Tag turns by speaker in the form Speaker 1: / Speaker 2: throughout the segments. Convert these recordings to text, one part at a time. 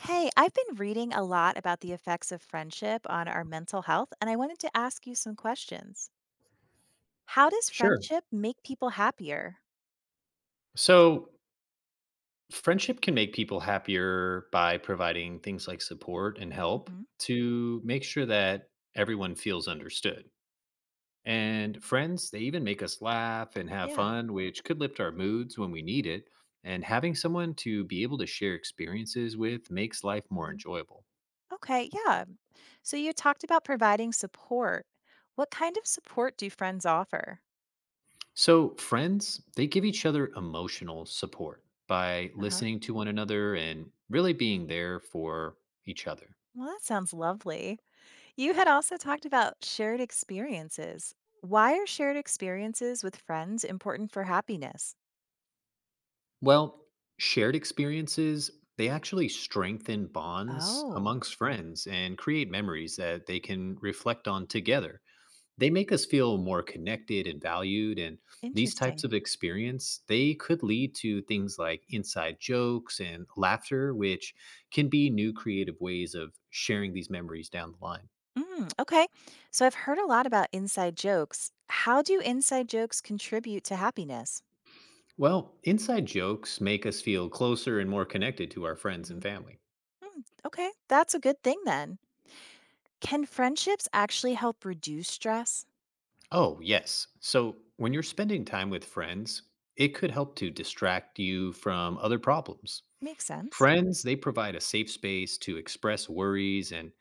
Speaker 1: Hey, I've been reading a lot about the effects of friendship on our mental health, and I wanted to ask you some questions. How does
Speaker 2: Sure.
Speaker 1: friendship make people happier?
Speaker 2: So, friendship can make people happier by providing things like support and help
Speaker 1: hmm
Speaker 2: to make sure that everyone feels understood. And friends, they even make us laugh and have
Speaker 1: Yeah.
Speaker 2: fun, which could lift our moods when we need it. And having someone to be able to share experiences with makes life more
Speaker 1: hmm
Speaker 2: enjoyable.
Speaker 1: Okay, yeah. So you talked about providing support. What kind of support do friends offer?
Speaker 2: So, friends, they give each other emotional support by
Speaker 1: Uh huh.
Speaker 2: listening to one another and really being there for each other.
Speaker 1: Well, that sounds lovely. You had also talked about shared experiences. Why are shared experiences with friends important for happiness?
Speaker 2: Well, shared experiences, they actually strengthen bonds
Speaker 1: Oh,
Speaker 2: amongst friends and create memories that they can reflect on together. They make us feel more connected and valued, and these types
Speaker 1: interesting.
Speaker 2: of experience, they could lead to things like inside jokes and laughter, which can be new creative ways of sharing these memories down the line.
Speaker 1: Mm, okay. So I've heard a lot about inside jokes. How do inside jokes contribute to happiness?
Speaker 2: Well, inside jokes make us feel closer and more connected to our friends and
Speaker 1: Mhm.
Speaker 2: family.
Speaker 1: Mm, okay. That's a good thing then. Can friendships actually help reduce stress?
Speaker 2: Oh, yes. So when you're spending time with friends, it could help to distract you from other problems.
Speaker 1: Makes sense.
Speaker 2: Friends, they provide a safe space to express worries, and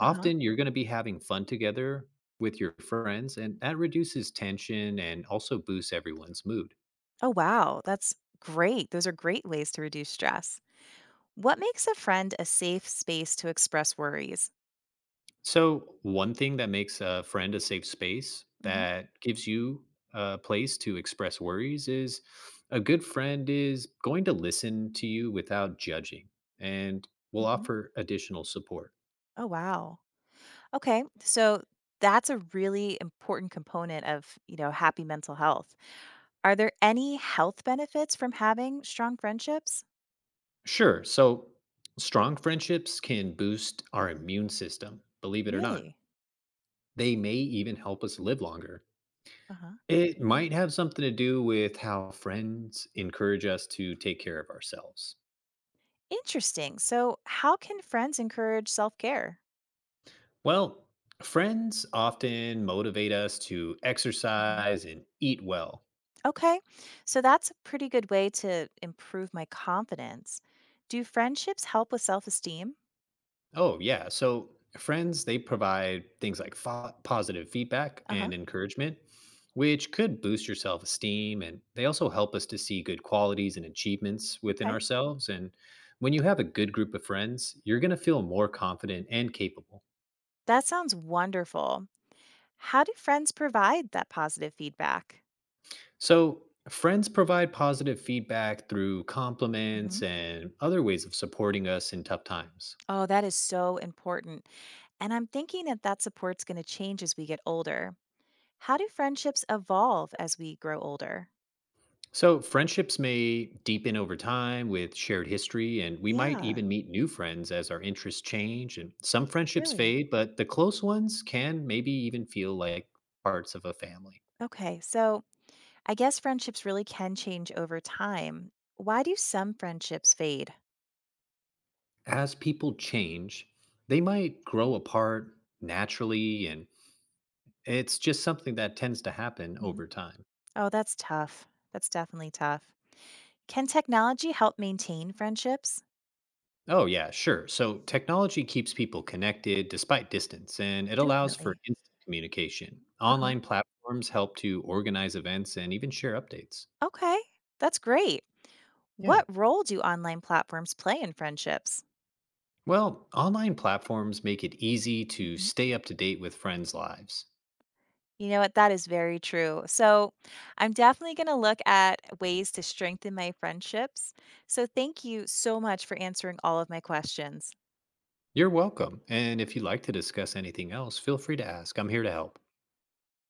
Speaker 1: Uh huh.
Speaker 2: you're going to be having fun together with your friends, and that reduces tension and also boosts everyone's mood.
Speaker 1: Oh, wow. That's great. Those are great ways to reduce stress. What makes a friend a safe space to express worries?
Speaker 2: So, one thing that makes a friend a safe space
Speaker 1: hmm
Speaker 2: that gives you a place to express worries is a good friend is going to listen to you without judging and will
Speaker 1: hmm
Speaker 2: offer additional support.
Speaker 1: Oh, wow. Okay. So that's a really important component of, happy mental health. Are there any health benefits from having strong friendships?
Speaker 2: Sure. So, strong friendships can boost our immune system, believe it or not.
Speaker 1: Really?
Speaker 2: They may even help us live longer.
Speaker 1: Uh-huh.
Speaker 2: It might have something to do with how friends encourage us to take care of ourselves.
Speaker 1: Interesting. So, how can friends encourage self care?
Speaker 2: Well, friends often motivate us to
Speaker 1: Mhm.
Speaker 2: exercise and eat well.
Speaker 1: Okay, so that's a pretty good way to improve my confidence. Do friendships help with self esteem?
Speaker 2: Oh, yeah. So, friends, they provide things like positive feedback
Speaker 1: Uh-huh.
Speaker 2: and encouragement, which could boost your self esteem. And they also help us to see good qualities and achievements within
Speaker 1: Okay.
Speaker 2: ourselves. And when you have a good group of friends, you're going to feel more confident and capable.
Speaker 1: That sounds wonderful. How do friends provide that positive feedback?
Speaker 2: So, friends provide positive feedback through
Speaker 1: Mhm.
Speaker 2: compliments and other ways of supporting us in tough times.
Speaker 1: Oh, that is so important. And I'm thinking that that support's going to change as we get older. How do friendships evolve as we grow older?
Speaker 2: So, friendships may deepen over time with shared history, and we might
Speaker 1: Yeah,
Speaker 2: even meet new friends as our interests change. And some friendships
Speaker 1: really.
Speaker 2: fade, but the close ones can maybe even feel like parts of a family.
Speaker 1: Okay, so I guess friendships really can change over time. Why do some friendships fade?
Speaker 2: As people change, they might grow apart naturally, and it's just something that tends to happen
Speaker 1: Mhm.
Speaker 2: over time.
Speaker 1: Oh, that's tough. That's definitely tough. Can technology help maintain friendships?
Speaker 2: Oh, yeah, sure. So technology keeps people connected despite distance, and it allows for
Speaker 1: Definitely.
Speaker 2: instant communication.
Speaker 1: Uh-huh.
Speaker 2: Online platforms help to organize events and even share updates.
Speaker 1: Okay, that's great.
Speaker 2: Yeah.
Speaker 1: What role do online platforms play in friendships?
Speaker 2: Well, online platforms make it easy to
Speaker 1: Mm-hmm.
Speaker 2: stay up to date with friends' lives.
Speaker 1: You know what? That is very true. So, I'm definitely going to look at ways to strengthen my friendships. So, thank you so much for answering all of my questions.
Speaker 2: You're welcome. And if you'd like to discuss anything else, feel free to ask. I'm here to help.